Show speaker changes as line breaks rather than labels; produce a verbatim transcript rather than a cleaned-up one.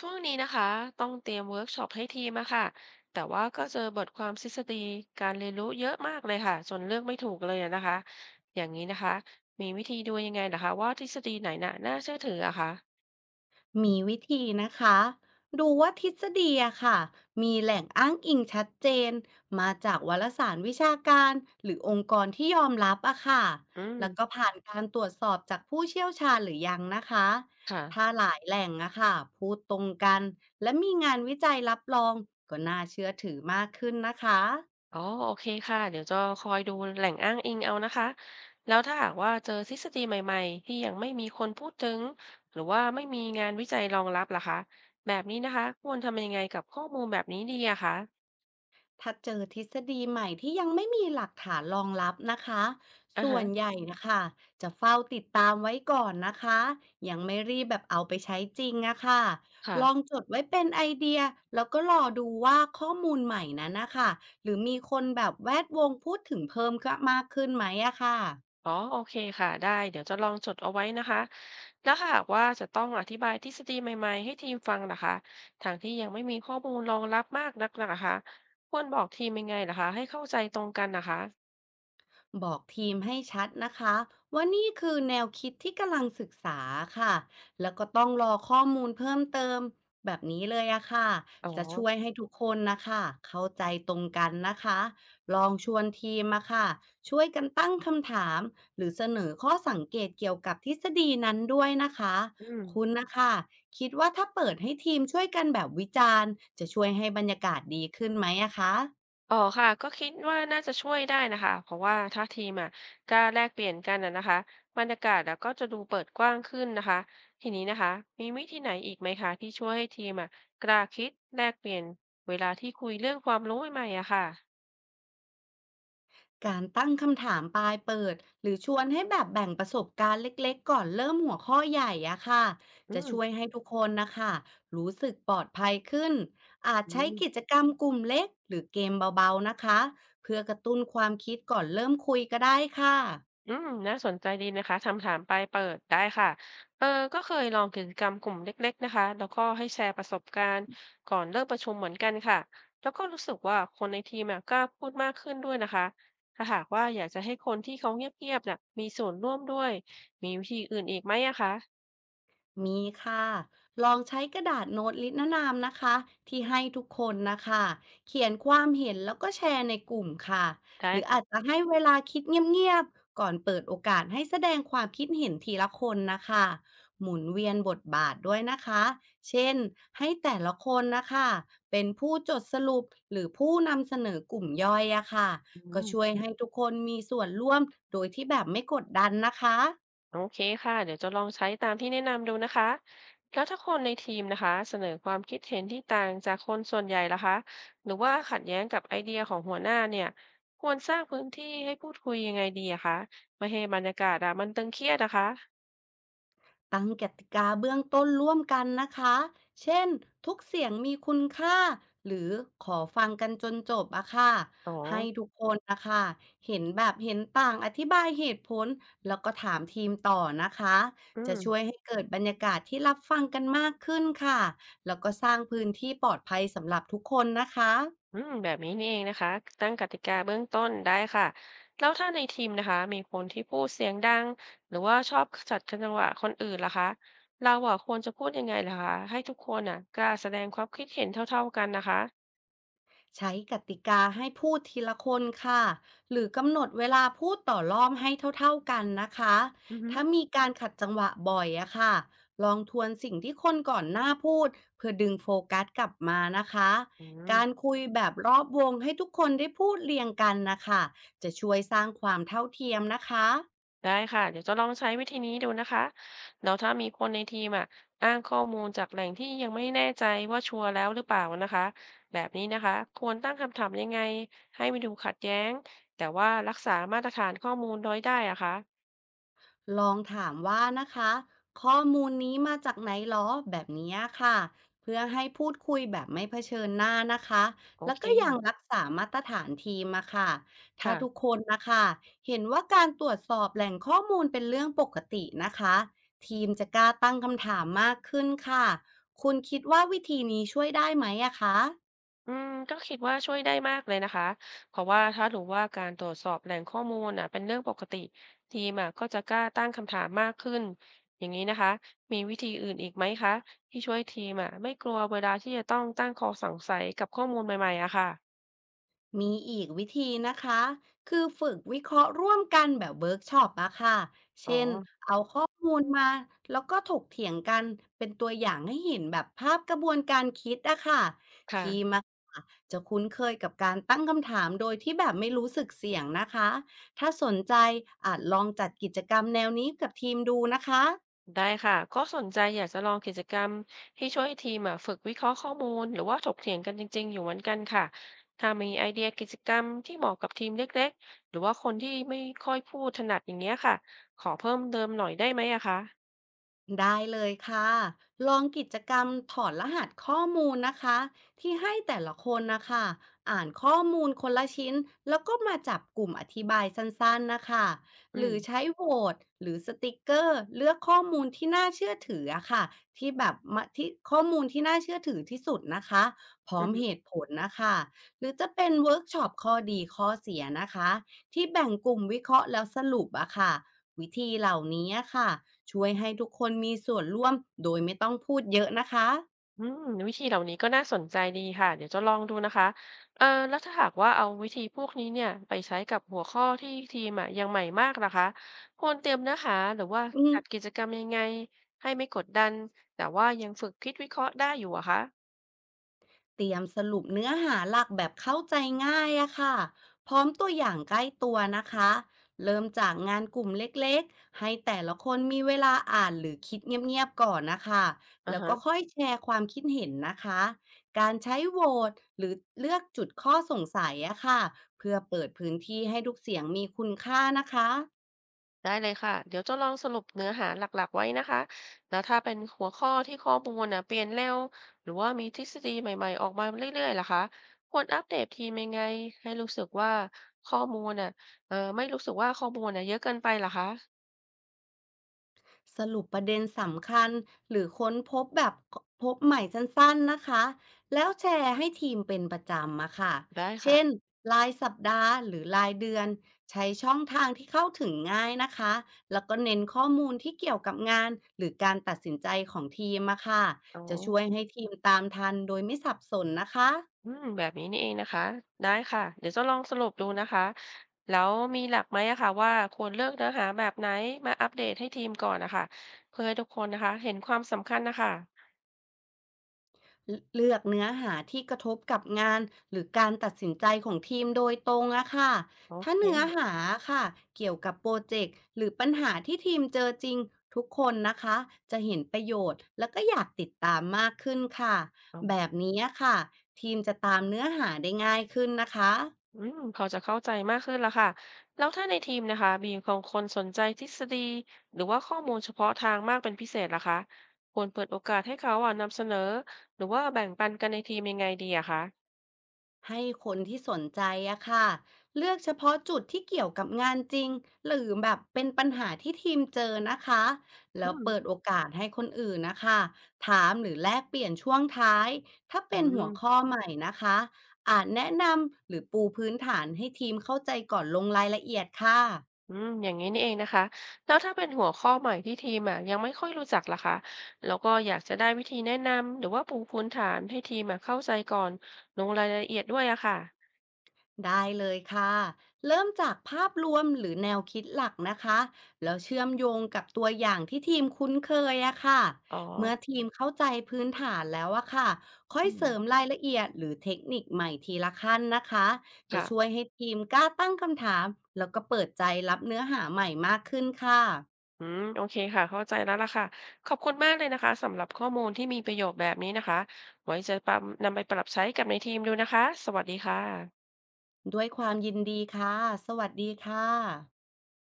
ช่วงนี้นะคะต้องเตรียมเวิร์กช็อปให้ทีมอะค่ะแต่ว่าก็เจอบทความทฤษฎีการเรียนรู้เยอะมากเลยค่ะจนเลือกไม่ถูกเลยอะนะคะอย่างนี้นะคะมีวิธีดูยังไงนะคะว่าทฤษฎีไหนน่ะน่าเชื่อถืออะคะ
มีวิธีนะคะ ดูว่าทฤษฎีอะค่ะ มีแหล่งอ้างอิงชัดเจน มาจากวารสารวิชาการหรือองค์กรที่ยอมรับอะค่ะ
อื
แล้วก็
ม
ผ่านการตรวจสอบจากผู้เชี่ยวชาญหรือยังนะคะ
ค่ะ
ถ้าหลายแหล่งอะค่ะพูดตรงกันและมีงานวิจัยรับรองก็น่าเชื่อถือมากขึ้นนะคะ
อ๋อโอเคค่ะเดี๋ยวจะคอยดูแหล่งอ้างอิงเอานะคะแล้วถ้าหากว่าเจอทฤษฎีใหม่ๆที่ยังไม่มีคนพูดถึงหรือว่าไม่มีงานวิจัยรองรับล่ะคะแบบนี้นะคะควรทำยังไงกับข้อมูลแบบนี้ดีอะคะ
ถ้าเจอทฤษฎีใหม่ที่ยังไม่มีหลักฐานรองรับนะคะ
อ่า
ส่ว
ฮะ
นใหญ่นะคะจะเฝ้าติดตามไว้ก่อนนะคะยังไม่รีบแบบเอาไปใช้จริงอะค่ะ
ค่ะ
ลองจดไว้เป็นไอเดียแล้วก็รอดูว่าข้อมูลใหม่นั้นนะคะหรือมีคนแบบแวดวงพูดถึงเพิ่มก็มากขึ้นไหมอะค่ะ
อ๋อโอเคค่ะได้เดี๋ยวจะลองจดเอาไว้นะคะแล้วหากว่าจะต้องอธิบายทฤษฎีใหม่ๆให้ทีมฟังนะคะทางที่ยังไม่มีข้อมูลรองรับมากนักนะคะควรบอกทีมยังไงล่ะคะให้เข้าใจตรงกันนะคะ
บอกทีมให้ชัดนะคะว่านี่คือแนวคิดที่กำลังศึกษาค่ะแล้วก็ต้องรอข้อมูลเพิ่มเติมแบบนี้เลยอะค่ะ
อ๋อ
จะช่วยให้ทุกคนนะคะเข้าใจตรงกันนะคะลองชวนทีมมาค่ะช่วยกันตั้งคำถามหรือเสนอข้อสังเกตเกี่ยวกับทฤษฎีนั้นด้วยนะคะ
อืม
คุณนะคะคิดว่าถ้าเปิดให้ทีมช่วยกันแบบวิจารณ์จะช่วยให้บรรยากาศดีขึ้นไหมอะคะ
อ๋อค่ะก็คิดว่าน่าจะช่วยได้นะคะเพราะว่าถ้าทีมอ่ะกล้าแลกเปลี่ยนกันนะนะคะบรรยากาศแล้วก็จะดูเปิดกว้างขึ้นนะคะทีนี้นะคะมีวิธีไหนอีกไหมคะที่ช่วยให้ทีมอ่ะกล้าคิดแลกเปลี่ยนเวลาที่คุยเรื่องความรู้ใหม่ๆอะค่ะ
การตั้งคำถามปลายเปิดหรือชวนให้แบบแบ่งประสบการณ์เล็กๆก่อนเริ่มหัวข้อใหญ่อะค่ะ
อื
จะ
ม
ช่วยให้ทุกคนนะคะรู้สึกปลอดภัยขึ้นอาจ
อื
ใช้
ม
กิจกรรมกลุ่มเล็กหรือเกมเบาๆนะคะเพื่อกระตุ้นความคิดก่อนเริ่มคุยก็ได้ค่ะ
อืมน่าสนใจดีนะคะคำถามปลายเปิดได้ค่ะเออก็เคยลองกิจกรรมกลุ่มเล็กๆนะคะ แล้วก็ให้แชร์ประสบการณ์ก่อนเริ่มประชุมเหมือนกันค่ะ แล้วก็รู้สึกว่าคนในทีมอะกล้าพูดมากขึ้นด้วยนะคะ ถ้าหากว่าอยากจะให้คนที่เขาเงียบๆน่ะมีส่วนร่วมด้วย มีวิธีอื่นอีกไหมอะคะ
มีค่ะลองใช้กระดาษโน้ตลิสตรนาำนะคะที่ให้ทุกคนนะคะเขียนความเห็นแล้วก็แชร์ในกลุ่มค่ะ
ได้
หรืออาจ
ค่ะ
จะให้เวลาคิดเงียบๆก่อนเปิดโอกาสให้แสดงความคิดเห็นทีละคนนะคะหมุนเวียนบทบาทด้วยนะคะเช่นให้แต่ละคนนะคะเป็นผู้จดสรุปหรือผู้นำเสนอกลุ่มย่อยอะค่ะ
อื
ก็
ม
ช่วยให้ทุกคนมีส่วนร่วมโดยที่แบบไม่กดดันนะคะ
โอเคค่ะเดี๋ยวจะลองใช้ตามที่แนะนำดูนะคะแล้วถ้าคนในทีมนะคะเสนอความคิดเห็นที่ต่างจากคนส่วนใหญ่ล่ะคะหรือว่าขัดแย้งกับไอเดียของหัวหน้าเนี่ยควรสร้างพื้นที่ให้พูดคุยยังไงดีอะคะไม่ให้บรรยากาศอะมันตึงเครียดนะคะ
ตั้งกติกาเบื้องต้นร่วมกันนะคะ เช่นทุกเสียงมีคุณค่าหรือขอฟังกันจนจบอะค่ะ
อ๋อ
ให้ทุกคนนะคะเห็นแบบเห็นต่างอธิบายเหตุผลแล้วก็ถามทีมต่อนะคะ
อื
จะ
ม
ช่วยให้เกิดบรรยากาศที่รับฟังกันมากขึ้นค่ะแล้วก็สร้างพื้นที่ปลอดภัยสำหรับทุกคนนะคะ
อืมแบบนี้นี่เองนะคะตั้งกติกาเบื้องต้นได้ค่ะแล้วถ้าในทีมนะคะมีคนที่พูดเสียงดังหรือว่าชอบจัดจังหวะคนอื่นล่ะคะเราอ่ะควรจะพูดยังไงล่ะคะให้ทุกคนอ่ะกล้าแสดงความคิดเห็นเท่าๆกันนะคะ
ใช้กติกาให้พูดทีละคนค่ะหรือกำหนดเวลาพูดต่อรอบให้เท่าๆกันนะคะ
อือฮึ
ถ้ามีการขัดจังหวะบ่อยอะค่ะลองทวนสิ่งที่คนก่อนหน้าพูดเพื่อดึงโฟกัสกลับมานะคะ
อื
การ
ม
คุยแบบรอบวงให้ทุกคนได้พูดเรียงกันนะคะจะช่วยสร้างความเท่าเทียมนะคะ
ได้ค่ะเดี๋ยวจะลองใช้วิธีนี้ดูนะคะแล้วถ้ามีคนในทีมอ่ะอ้างข้อมูลจากแหล่งที่ยังไม่แน่ใจว่าชัวร์แล้วหรือเปล่านะคะแบบนี้นะคะควรตั้งคำถามยังไงให้ไม่ดูขัดแย้งแต่ว่ารักษามาตรฐานข้อมูลน้อยได้อะคะ
ลองถามว่านะคะข้อมูลนี้มาจากไหนหรอแบบนี้ค่ะเพื่อให้พูดคุยแบบไม่เผชิญหน้านะคะ
โอ
แล้ว
เค
ก็ยังรักษามาตรฐานทีมอะค่ะถ้าทุก
ค่ะ
คนนะคะเห็นว่าการตรวจสอบแหล่งข้อมูลเป็นเรื่องปกตินะคะทีมจะกล้าตั้งคำถามมากขึ้นค่ะคุณคิดว่าวิธีนี้ช่วยได้ไหมอะคะ
อืมก็คิดว่าช่วยได้มากเลยนะคะเพราะว่าถ้ารู้ว่าการตรวจสอบแหล่งข้อมูลน่ะเป็นเรื่องปกติทีมอ่ะก็จะกล้าตั้งคำถามมากขึ้นอย่างนี้นะคะมีวิธีอื่นอีกไหมคะที่ช่วยทีมอ่ะไม่กลัวเวลาที่จะต้องตั้งข้อสงสัยกับข้อมูลใหม่ๆอะค่ะ
มีอีกวิธีนะคะคือฝึกวิเคราะห์ร่วมกันแบบเวิร์กช็อปอะค่ะ
อ๋อ
เช่นเอาข้อมูลมาแล้วก็ถกเถียงกันเป็นตัวอย่างให้เห็นแบบภาพกระบวนการคิดอะค่ะ
ค่ะ
ทีมอะค่ะจะคุ้นเคยกับการตั้งคำถามโดยที่แบบไม่รู้สึกเสี่ยงนะคะถ้าสนใจอาจลองจัดกิจกรรมแนวนี้กับทีมดูนะคะ
ได้ค่ะก็สนใจอยากจะลองกิจกรรมที่ช่วยทีมอะฝึกวิเคราะห์ข้อมูลหรือว่าถกเถียงกันจริงๆอยู่เหมือนกันค่ะถ้ามีไอเดียกิจกรรมที่เหมาะกับทีมเล็กๆหรือว่าคนที่ไม่ค่อยพูดถนัดอย่างเงี้ยค่ะขอเพิ่มเติมหน่อยได้ไหมอะคะ
ได้เลยค่ะ ลองกิจกรรมถอดรหัสข้อมูลนะคะที่ให้แต่ละคนนะคะอ่านข้อมูลคนละชิ้นแล้วก็มาจับกลุ่มอธิบายสั้นๆนะคะ
อื
ห
ม
รือใช้โหวตหรือสติกเกอร์เลือกข้อมูลที่น่าเชื่อถืออะค่ะที่แบบมาที่ข้อมูลที่น่าเชื่อถือที่สุดนะคะพร้
อื
อมเห
ม
ตุผลนะคะหรือจะเป็นเวิร์กช็อปข้อดีข้อเสียนะคะที่แบ่งกลุ่มวิเคราะห์แล้วสรุปอะค่ะ วิธีเหล่านี้ค่ะช่วยให้ทุกคนมีส่วนร่วมโดยไม่ต้องพูดเยอะนะคะ
อืมวิธีเหล่านี้ก็น่าสนใจดีค่ะเดี๋ยวจะลองดูนะคะเออแล้วถ้าหากว่าเอาวิธีพวกนี้เนี่ยไปใช้กับหัวข้อที่ทีมอ่ะยังใหม่มากนะคะควรเตรียมเนื้อหาหรือว่า
อืม
จัดกิจกรรมยังไงให้ไม่กดดันแต่ว่ายังฝึกคิดวิเคราะห์ได้อยู่อะคะ
เตรียมสรุปเนื้อหาหลักแบบเข้าใจง่ายอะค่ะพร้อมตัวอย่างใกล้ตัวนะคะเริ่มจากงานกลุ่มเล็กๆให้แต่ละคนมีเวลาอ่านหรือคิดเงียบๆก่อนนะคะ
อ่า
แล้ว
ฮะ
ก็ค่อยแชร์ความคิดเห็นนะคะการใช้โหวตหรือเลือกจุดข้อสงสัยอะค่ะเพื่อเปิดพื้นที่ให้ทุกเสียงมีคุณค่านะคะ
ได้เลยค่ะเดี๋ยวจะลองสรุปเนื้อหาหลักๆไว้นะคะแล้วถ้าเป็นหัวข้อที่ข้อมูลนะเปลี่ยนเร็วหรือว่ามีทฤษฎีใหม่ๆออกมาเรื่อยๆล่ะคะควรอัปเดตทีมยังไงให้รู้สึกว่าข้อมูลน่ะเออไม่รู้สึกว่าข้อมูลน่ะเยอะเกินไปล่ะคะ
สรุปประเด็นสำคัญหรือค้นพบแบบพบใหม่สั้นๆนะคะแล้วแชร์ให้ทีมเป็นประจำมาค่ะ
ได้
เช่น
ค่ะ
รายสัปดาห์หรือรายเดือนใช้ช่องทางที่เข้าถึงง่ายนะคะแล้วก็เน้นข้อมูลที่เกี่ยวกับงานหรือการตัดสินใจของทีมมาค่ะ
อ๋อ
จะช่วยให้ทีมตามทันโดยไม่สับสนนะค
อื
ะ
มแบบนี้นี่เองนะคะได้ค่ะเดี๋ยวจะลองสรุปดูนะคะแล้วมีหลักไหมอะคะว่าควรเลือกเนื้อหาแบบไหนมาอัปเดตให้ทีมก่อนนะคะเพื่อให้ทุกคนนะคะเห็นความสำคัญนะคะ
เลเลือกเนื้อหาที่กระทบกับงานหรือการตัดสินใจของทีมโดยตรงอะค่ะ
โอ
ถ้า
เค
เนื้อหาค่ะเกี่ยวกับโปรเจกต์หรือปัญหาที่ทีมเจอจริงทุกคนนะคะจะเห็นประโยชน์แล้วก็อยากติดตามมากขึ้นค่ะ
อ๋
แบ
อ
บนี้ค่ะทีมจะตามเนื้อหาได้ง่ายขึ้นนะคะ
อืมพอจะเข้าใจมากขึ้นแล้วค่ะแล้วถ้าในทีมนะคะมีของคนสนใจทฤษฎีหรือว่าข้อมูลเฉพาะทางมากเป็นพิเศษล่ะคะควรเปิดโอกาสให้เขาอ่ะนำเสนอหรือว่าแบ่งปันกันในทีมยังไงดีอะคะ
ให้คนที่สนใจอะค่ะเลือกเฉพาะจุดที่เกี่ยวกับงานจริงหรือแบบเป็นปัญหาที่ทีมเจอนะคะ
อื
แล้ว
ม
เปิดโอกาสให้คนอื่นนะคะถามหรือแลกเปลี่ยนช่วงท้ายถ้า
อื
เป็นหั
ม
วข้อใหม่นะคะอาจแนะนำหรือปูพื้นฐานให้ทีมเข้าใจก่อนลงรายละเอียดค่ะ
อืมอย่างนี้นี่เองนะคะแล้วถ้าเป็นหัวข้อใหม่ที่ทีมอ่ะยังไม่ค่อยรู้จักล่ะคะแล้วก็อยากจะได้วิธีแนะนำหรือว่าปูพื้นฐานให้ทีมอ่ะเข้าใจก่อนลงรายละเอียดด้วยอะค่ะ
ได้เลยค่ะ เริ่มจากภาพรวมหรือแนวคิดหลักนะคะ แล้วเชื่อมโยงกับตัวอย่างที่ทีมคุ้นเคยอะค่ะ
อ๋อ
เมื่อทีมเข้าใจพื้นฐานแล้วอะค่ะค่อย
อื
เส
ม
ริมรายละเอียดหรือเทคนิคใหม่ทีละขั้นนะคะ จะช่วย
ค่ะ
ให้ทีมกล้าตั้งคำถามแล้วก็เปิดใจรับเนื้อหาใหม่มากขึ้นค่ะ
อืมโอเคค่ะเข้าใจแล้วล่ะค่ะขอบคุณมากเลยนะคะสำหรับข้อมูลที่มีประโยชน์แบบนี้นะคะไว้จะปรับนำไปปรับใช้กับในทีมดูนะคะสวัสดีค่ะ
ด้วยความยินดีค่ะ สวัสดีค่ะ